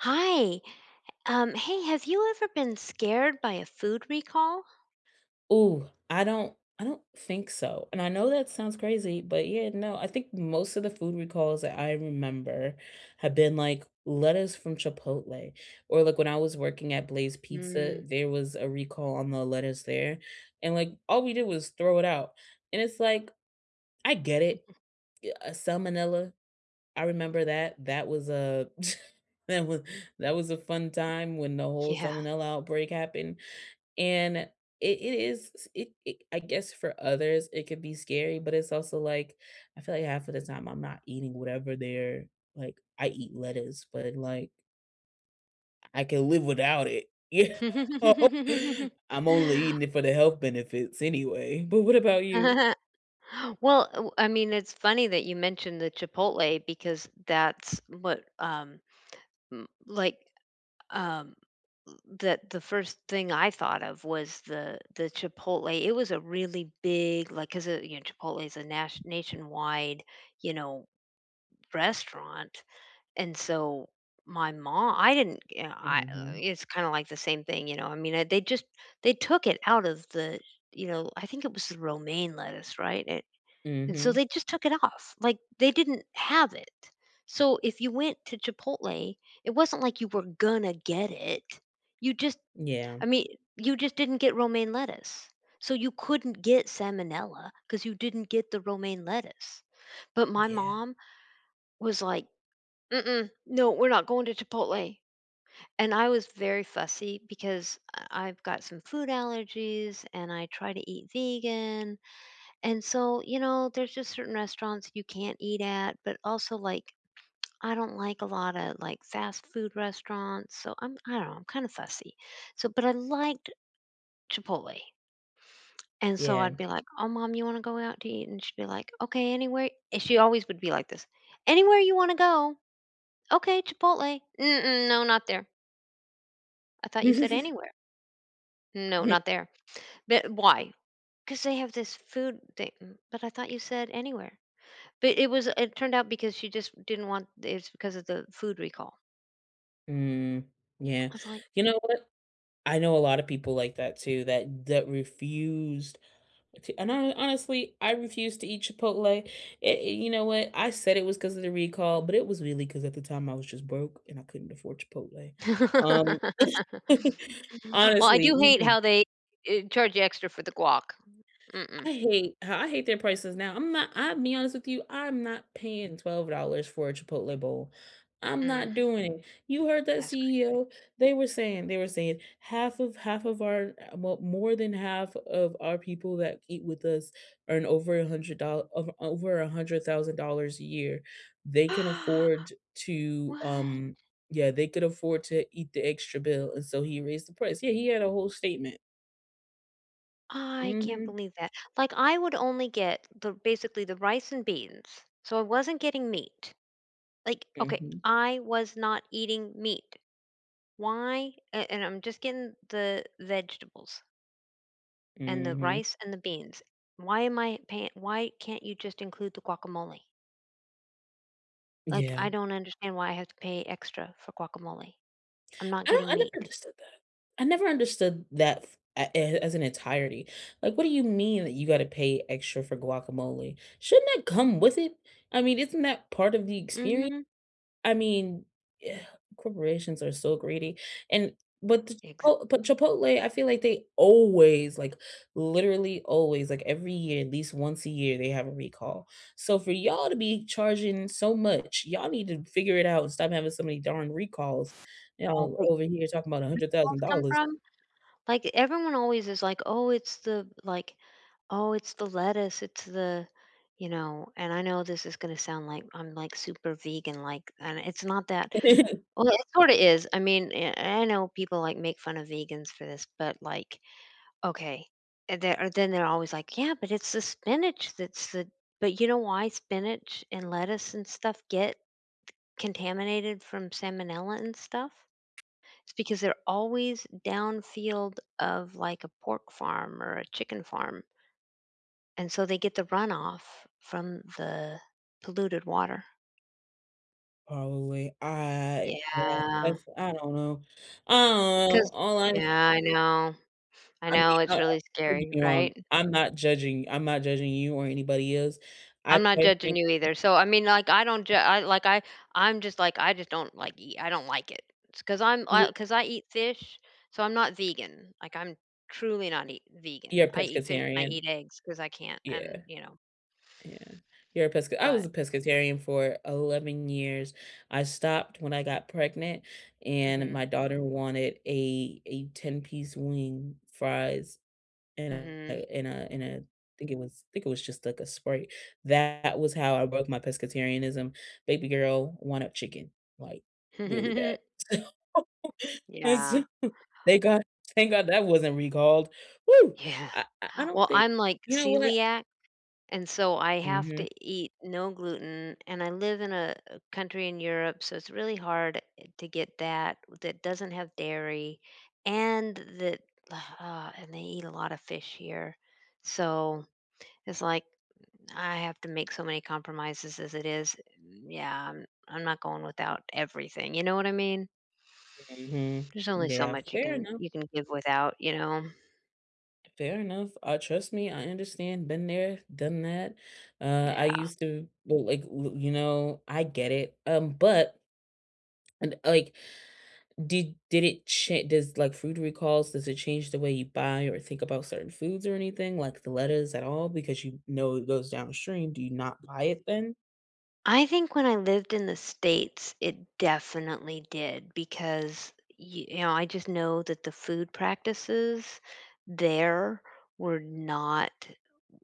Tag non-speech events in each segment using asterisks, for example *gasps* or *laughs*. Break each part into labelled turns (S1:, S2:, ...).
S1: Hi. Hey, have you ever been scared by a food recall?
S2: Ooh, I don't think so, and I know that sounds crazy, but yeah, no, I think most of the food recalls that I remember have been, like, lettuce from Chipotle, or, like, when I was working at Blaze Pizza,
S1: Mm,
S2: there was a recall on the lettuce there, and, like, all we did was throw it out, and it's like, I get it, a salmonella, I remember that, that was a *laughs* that was that was a fun time when the whole
S1: yeah.
S2: salmonella outbreak happened, and it is it it I guess for others, it could be scary, but it's also, like, I feel like half of the time I'm not eating whatever they're like, I eat lettuce, but, like, I can live without it, *laughs* you know?
S1: *laughs*
S2: I'm only eating it for the health benefits anyway. But what about you?
S1: Well, I mean, it's funny that you mentioned the Chipotle because that's what, m- like, um, that the first thing I thought of was the Chipotle. It was a really big, like, because, Chipotle is a nas nationwide, you know, restaurant. And so my mom I didn't you know, I
S2: Mhm.
S1: it's kinda like the same thing, I mean, I, they just they took it out of the I think it was the romaine lettuce, right? It And so
S2: Mhm.
S1: they just took it off, like, they didn't have it. So if you went to Chipotle, it wasn't like you were gonna get it. You just
S2: Yeah.
S1: I mean, you just didn't get romaine lettuce. So you couldn't get salmonella because you didn't get the romaine lettuce. But my
S2: Yeah.
S1: mom was like, "Mm-mm. No, we're not going to Chipotle." And I was very fussy because I've got some food allergies and I try to eat vegan. And so, you know, there's just certain restaurants you can't eat at, but also like I don't like a lot of like fast food restaurants. So I don't know, I'm kind of fussy. So but I liked Chipotle. And so I'd be
S2: Yeah.
S1: like, "Oh mom, you want to go out to eat?" And she'd be like, "Okay, anywhere." And she always would be like this. "Anywhere you want to go." "Okay, Chipotle." "Mm-mm, no, not there." I thought you said
S2: *laughs*
S1: anywhere. No, not there. But why? Because they have this food thing. Mm, but I thought you said anywhere. But it was. It turned out because she just didn't want. It's because of the food recall.
S2: Mm. Yeah.
S1: I was like,
S2: You know what? I know a lot of people like that too that refused Honestly, I refuse to eat Chipotle. You know what? I said it was because of the recall, but it was really because at the time I was just broke and I couldn't afford Chipotle. Um,
S1: *laughs*
S2: *laughs*
S1: well, I
S2: Honestly,
S1: do hate
S2: even
S1: how they charge you extra for the guac. Mm-mm.
S2: I hate their prices now. I'm not I'll be honest with you, I'm not paying $12 for a Chipotle bowl. I'm
S1: Mm,
S2: not doing it. You heard that
S1: that's great.
S2: CEO, they were saying half of our well, more than half of our people that eat with us earn over a hundred dollar of over $100,000 a year. They can
S1: *gasps*
S2: afford to
S1: What?
S2: yeah, they could afford to eat the extra bill. And so he raised the price. Yeah, he had a whole statement.
S1: I can't
S2: Hmm.
S1: believe that. Like I would only get the basically the rice and beans, so I wasn't getting meat. Like okay,
S2: Hmm.
S1: I was not eating meat. Why a and I'm just getting the vegetables and the
S2: Hmm.
S1: rice and the beans. Why am I paying why can't you just include the guacamole? Like,
S2: Yeah.
S1: I don't understand why I have to pay extra for guacamole. I'm not getting
S2: I never
S1: meat.
S2: understood that. I never understood that f a as an entirety. Like, what do you mean that you gotta pay extra for guacamole? Shouldn't that come with it? I mean, isn't that part of the experience?
S1: Mhm.
S2: I mean, yeah, corporations are so greedy, and but the
S1: Exactly.
S2: Chipotle, I feel like they always, like, literally always, like, every year, at least once a year, they have a recall. So for y'all to be charging so much, y'all need to figure it out and stop having so many darn recalls.
S1: Where
S2: Y'all over here talking about
S1: meatballs come
S2: $100,000.
S1: from? Like, everyone always is like, "Oh, it's the like, oh, it's the lettuce, it's the" and I know this is gonna sound like I'm, like, super vegan, like, and it's not that.
S2: *laughs*
S1: Well, it sort of is. I mean, I know people like make fun of vegans for this, but like, okay, and they're, or then they're always like, yeah, but it's the spinach that's the. But you know why spinach and lettuce and stuff get contaminated from salmonella and stuff? It's because they're always downfield of like a pork farm or a chicken farm, and so they get the runoff from the polluted water.
S2: Probably, I yeah,
S1: Yeah,
S2: that's I don't know. Um,
S1: because
S2: all
S1: yeah, I
S2: I mean,
S1: know, it's really
S2: don't get
S1: scary,
S2: me wrong,
S1: right?
S2: I'm not judging you or anybody else. I
S1: I'm not
S2: quite
S1: judging
S2: frankly
S1: you either. So I mean, like I don't I like I I'm just like I just don't like eat. I don't like it because
S2: you
S1: because I eat fish, so I'm not vegan. Like I'm truly not eat,
S2: you're
S1: vegan.
S2: a
S1: I eat fish and I
S2: pescatarian.
S1: eat eggs because I can't, and
S2: Yeah,
S1: you know,
S2: yeah. You're a pesca I was
S1: but.
S2: a pescatarian for 11 years. I stopped when I got pregnant, and my
S1: Hmm.
S2: daughter wanted a ten-piece wing, fries, and a
S1: Hmm.
S2: and a and a I think it was just like a Sprite. That was how I broke my pescatarianism. Baby girl wanted chicken, like, really bad.
S1: *laughs*
S2: *laughs* It's
S1: Yeah.
S2: thank God thank God that wasn't recalled. Woo!
S1: Yeah.
S2: I don't
S1: Well,
S2: think
S1: I'm like
S2: you know what?
S1: celiac. And so I have
S2: Mhm,
S1: to eat no gluten, and I live in a country in Europe, so it's really hard to get that that doesn't have dairy, and that *sighs* and they eat a lot of fish here, so it's like I have to make so many compromises as it is. Mm, yeah, I'm not going without everything. You know what I mean?
S2: mhm.
S1: There's only so
S2: Yeah,
S1: much
S2: fair enough,
S1: you can give without. You know?
S2: fair enough. Trust me, I understand, been there, done that. I
S1: Yeah.
S2: used to well, like, l You know, I get it, but and, like, did it change? Does, like, food recalls, does it change the way you buy or think about certain foods or anything, like the lettuce at all because you know it goes downstream? Do you not buy it then?
S1: I think when I lived in the States, it definitely did because, you know, I just know that the food practices there were not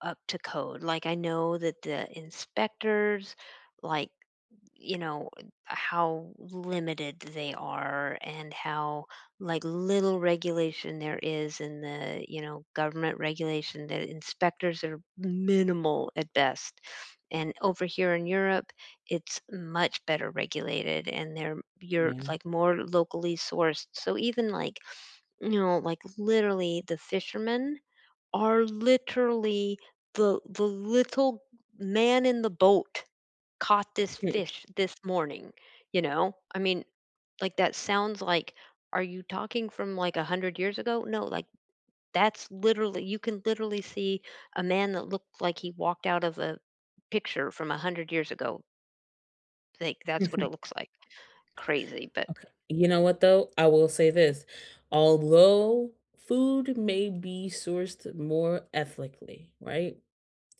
S1: up to code. Like I know that the inspectors, like, you know, how limited they are and how like little regulation there is in the, you know, government regulation that inspectors are minimal at best. And over here in Europe, it's much better regulated and they're you're like more locally sourced. So even like you know, like literally the fishermen are literally the little man in the boat caught this
S2: Yeah.
S1: fish this morning, you know? I mean, like that sounds like are you talking from like 100 years ago? No, like that's literally you can literally see a man that looked like he walked out of a picture from 100 years ago. Like that's what it
S2: *laughs*
S1: looks like. Crazy, but
S2: Okay. You know what though? I will say this. Although food may be sourced more ethically, right?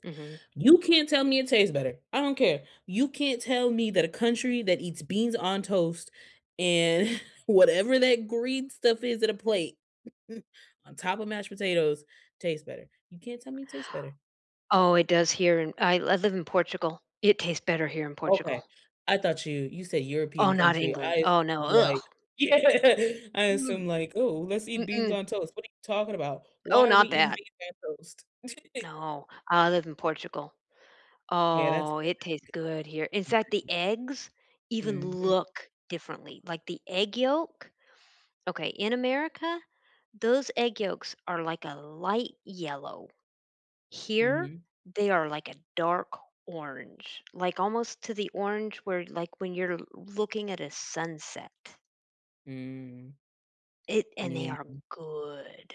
S1: mhm.
S2: You can't tell me it tastes better. I don't care. You can't tell me that a country that eats beans on toast and *laughs* whatever that green stuff is at a plate *laughs* on top of mashed potatoes tastes better. You can't tell me it tastes better.
S1: Oh, it does here. In, I live in Portugal. It tastes better here in Portugal.
S2: Okay. I thought you said
S1: Oh,
S2: European
S1: not
S2: country.
S1: England.
S2: I
S1: Oh no.
S2: assumed
S1: Ugh.
S2: like *laughs* Yeah. I assume like, "Oh, let's eat beans
S1: Mm-mm.
S2: on toast." What are you talking about?
S1: Oh,
S2: Why are we
S1: not
S2: eating
S1: that.
S2: beans on toast? *laughs*
S1: No, I live in Portugal.
S2: Oh, yeah, that's
S1: Oh,
S2: good
S1: it tastes good here. In fact,
S2: country.
S1: the eggs even
S2: Mhm,
S1: look differently. Like the egg yolk. Okay, in America, those egg yolks are like a light yellow. Here,
S2: mhm,
S1: they are like a dark orange, like almost to the orange where like when you're looking at a sunset.
S2: mm.
S1: It And they are
S2: Yeah,
S1: good.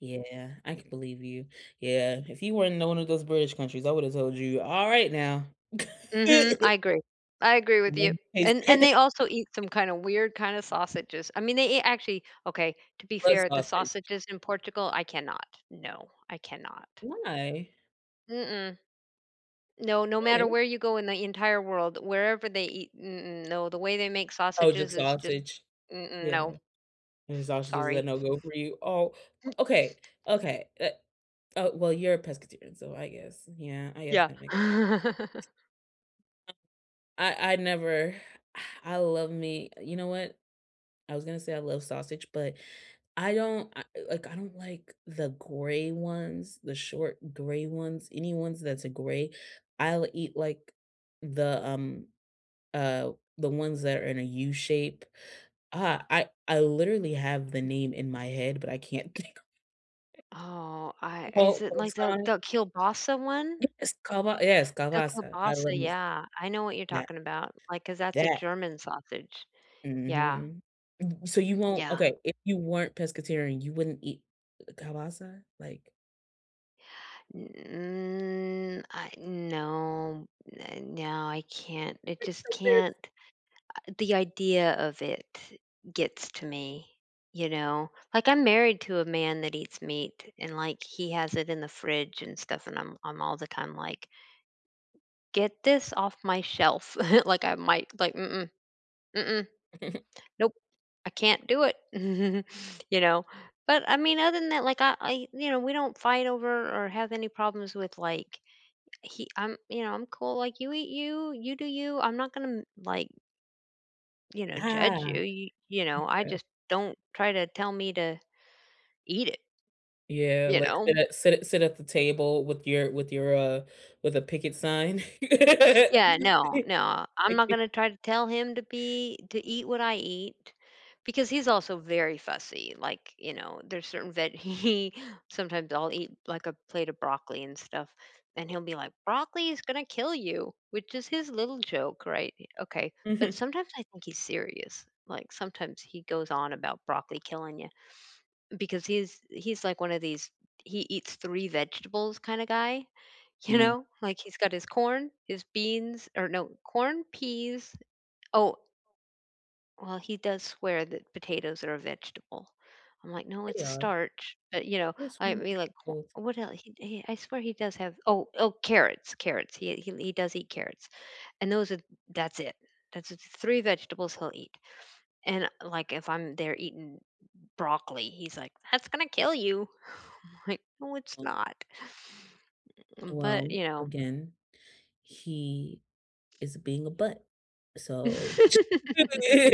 S2: yeah, I can believe you. Yeah, if you weren't in one of those British countries, I would've told you, "All right now." *laughs*
S1: Mhm, I agree. I agree
S2: I
S1: with you.
S2: don't taste
S1: And they
S2: *laughs*
S1: also eat some kind of weird kind of sausages. I mean, they eat actually okay, to be
S2: Blood
S1: fair, the
S2: sausage.
S1: sausages in Portugal, I cannot. No, I cannot.
S2: Why?
S1: Mm-mm. No, no
S2: Why?
S1: matter where you go in the entire world, wherever they eat, mm-mm, no, the way they make
S2: Oh,
S1: sausages
S2: just
S1: is just
S2: sausage.
S1: mm-mm,
S2: Yeah.
S1: no.
S2: And his sausage is a
S1: Sorry.
S2: no-go for you? Oh, okay, okay, oh, well, you're a pescatarian, so I guess, yeah, I guess
S1: Yeah.
S2: that makes
S1: *laughs*
S2: I never *sighs* I love me you know what? I was gonna say I love sausage, but I don't I like, I don't like the gray ones, the short gray ones, any ones that's a gray. I'll eat, like, the, um, uh, the ones that are in a U shape. Ah, I literally have the name in my head, but I can't think
S1: Oh,
S2: *laughs*
S1: I is it like the
S2: Oh,
S1: the kielbasa one?
S2: It's kava yes,
S1: The
S2: kavasa. I love
S1: kielbasa,
S2: me s
S1: yeah. I know what you're
S2: that
S1: talking about. Like, 'cause that's a
S2: that
S1: German sausage. Yeah.
S2: mhm. So you won't
S1: Yeah.
S2: okay, if you weren't pescatarian, you wouldn't eat kavasa? Like
S1: Mm, I no, no, I can't. It just can't. The idea of it gets to me, you know. Like I'm married to a man that eats meat and like he has it in the fridge and stuff and I'm all the time like, "Get this off my shelf." *laughs* Like I might like, "Mm-mm, mm-mm,
S2: *laughs*
S1: nope, I can't do it." *laughs* You know. But I mean, other than that, like you know, we don't fight over or have any problems with like he I'm you know I'm cool like you eat you you do you I'm not gonna like you know judge
S2: Ah.
S1: you you know I just don't try to tell me to eat it
S2: Yeah,
S1: you
S2: like
S1: know.
S2: sit at the table with your with a picket sign.
S1: Yeah, no,
S2: *laughs*
S1: no. I'm not going to try to tell him to be to eat what I eat because he's also very fussy. Like, you know, there's certain veg *laughs* he sometimes I'll eat like a plate of broccoli and stuff and he'll be like, "Broccoli is going to kill you," which is his little joke, right? Okay. But
S2: Mhm.
S1: sometimes I think he's serious. Like sometimes he goes on about broccoli killing you because he's like one of these he eats three vegetables kind of guy *laughs* you
S2: Mm,
S1: know like he's got his corn his beans or no corn peas oh well he does swear that potatoes are a vegetable I'm like no
S2: they
S1: it's a
S2: are.
S1: starch but you
S2: But
S1: know
S2: this
S1: I
S2: one
S1: mean like cor-
S2: holds
S1: what else he, I swear he does have oh oh carrots he does eat carrots and those are that's it that's the three vegetables he'll eat and like if I'm there eating broccoli. He's like, "That's gonna kill you." *laughs* I'm like, "No, it's
S2: on
S1: not." Mm,
S2: well,
S1: but, you know.
S2: again, he is being a butt. So, *laughs*
S1: *laughs*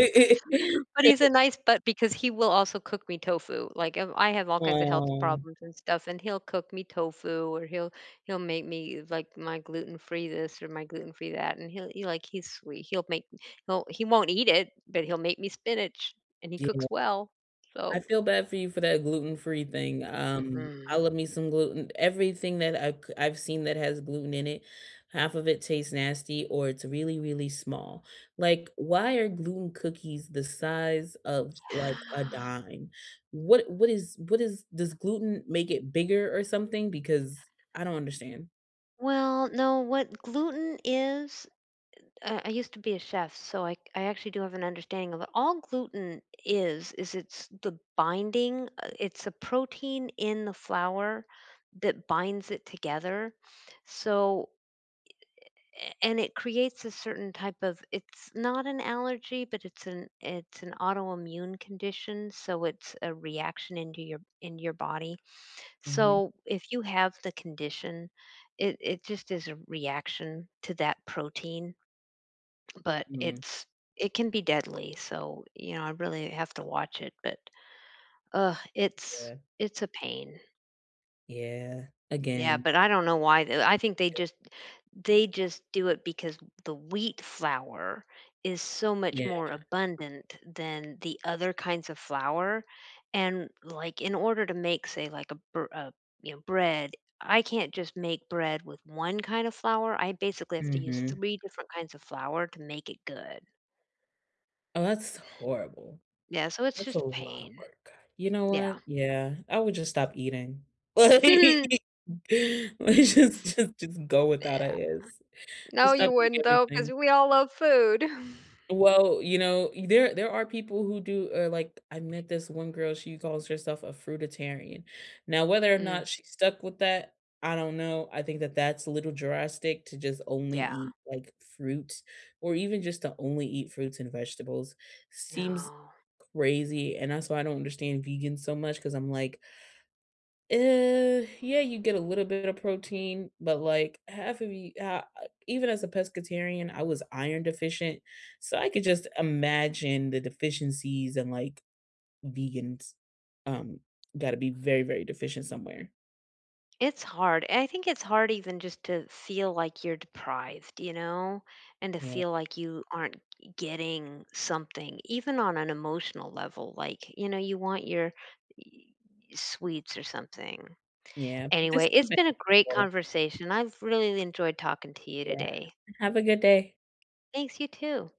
S1: But he's a nice but because he will also cook me tofu. Like, I have all kinds of health
S2: um,
S1: problems and stuff, and he'll cook me tofu or he'll make me, like, my gluten-free this or my gluten-free that, and like, he's sweet. He'll he won't eat it, but he'll make me spinach, and he
S2: yeah.
S1: cooks well.
S2: I
S1: So,
S2: feel bad for you for that gluten-free thing, I
S1: mm.
S2: love me some gluten. Everything that I've seen that has gluten in it, half of it tastes nasty or it's really, really small. Like, why are gluten cookies the size of, like, a
S1: *sighs*
S2: dime? What is does gluten make it bigger or something? Because I don't understand.
S1: Well, no, what gluten is I used to be a chef, so I actually do have an understanding of what all gluten is it's the binding. It's a protein in the flour that binds it together. So and it creates a certain type of it's not an allergy but it's an autoimmune condition so it's a reaction into your body
S2: Mhm,
S1: so if you have the condition it just is a reaction to that protein but
S2: mhm,
S1: it's it can be deadly. So you know, I really have to watch it. But uh, it's
S2: yeah,
S1: it's a pain.
S2: yeah,
S1: Yeah,
S2: again,
S1: but I don't know why. I think they just do it because the wheat flour is so much
S2: yeah,
S1: more abundant than the other kinds of flour and like in order to make say like a, br- a you know bread I can't just make bread with one kind of flour I basically have to use
S2: mhm.
S1: three different kinds of flour to make it good.
S2: Oh, that's horrible.
S1: Yeah, so it's
S2: That's a
S1: just
S2: lot of
S1: pain.
S2: work. You know
S1: Yeah.
S2: what? Yeah, I would just stop eating. *laughs*
S1: *laughs*
S2: Like, *laughs* just go without how that
S1: Yeah.
S2: is.
S1: No,
S2: Just stop
S1: you
S2: eating
S1: wouldn't though, because
S2: everything.
S1: we all love food. *laughs*
S2: Well, you know, there are people who do like I met this one girl, she calls herself a fruitarian. Now, whether or
S1: Mm,
S2: not she stuck with that, I don't know. I think that that's a little drastic to just only
S1: yeah.
S2: eat like fruit or even just to only eat fruits and vegetables seems
S1: No.
S2: crazy. And that's why I don't understand vegans so much because I'm like, yeah, you get a little bit of protein, but like half of you, even as a pescatarian, I was iron deficient, so I could just imagine the deficiencies and like vegans, um, got to be very, very deficient somewhere.
S1: It's hard. I think it's hard even just to feel like you're deprived, you know, and to
S2: Yeah,
S1: feel like you aren't getting something, even on an emotional level. Like, you know, you want your y- sweets or something.
S2: yeah, but this
S1: Anyway,
S2: has
S1: it's
S2: been
S1: been a great
S2: wonderful.
S1: conversation. I've really enjoyed talking to you
S2: Yeah,
S1: today.
S2: have a good day.
S1: Thanks, you too.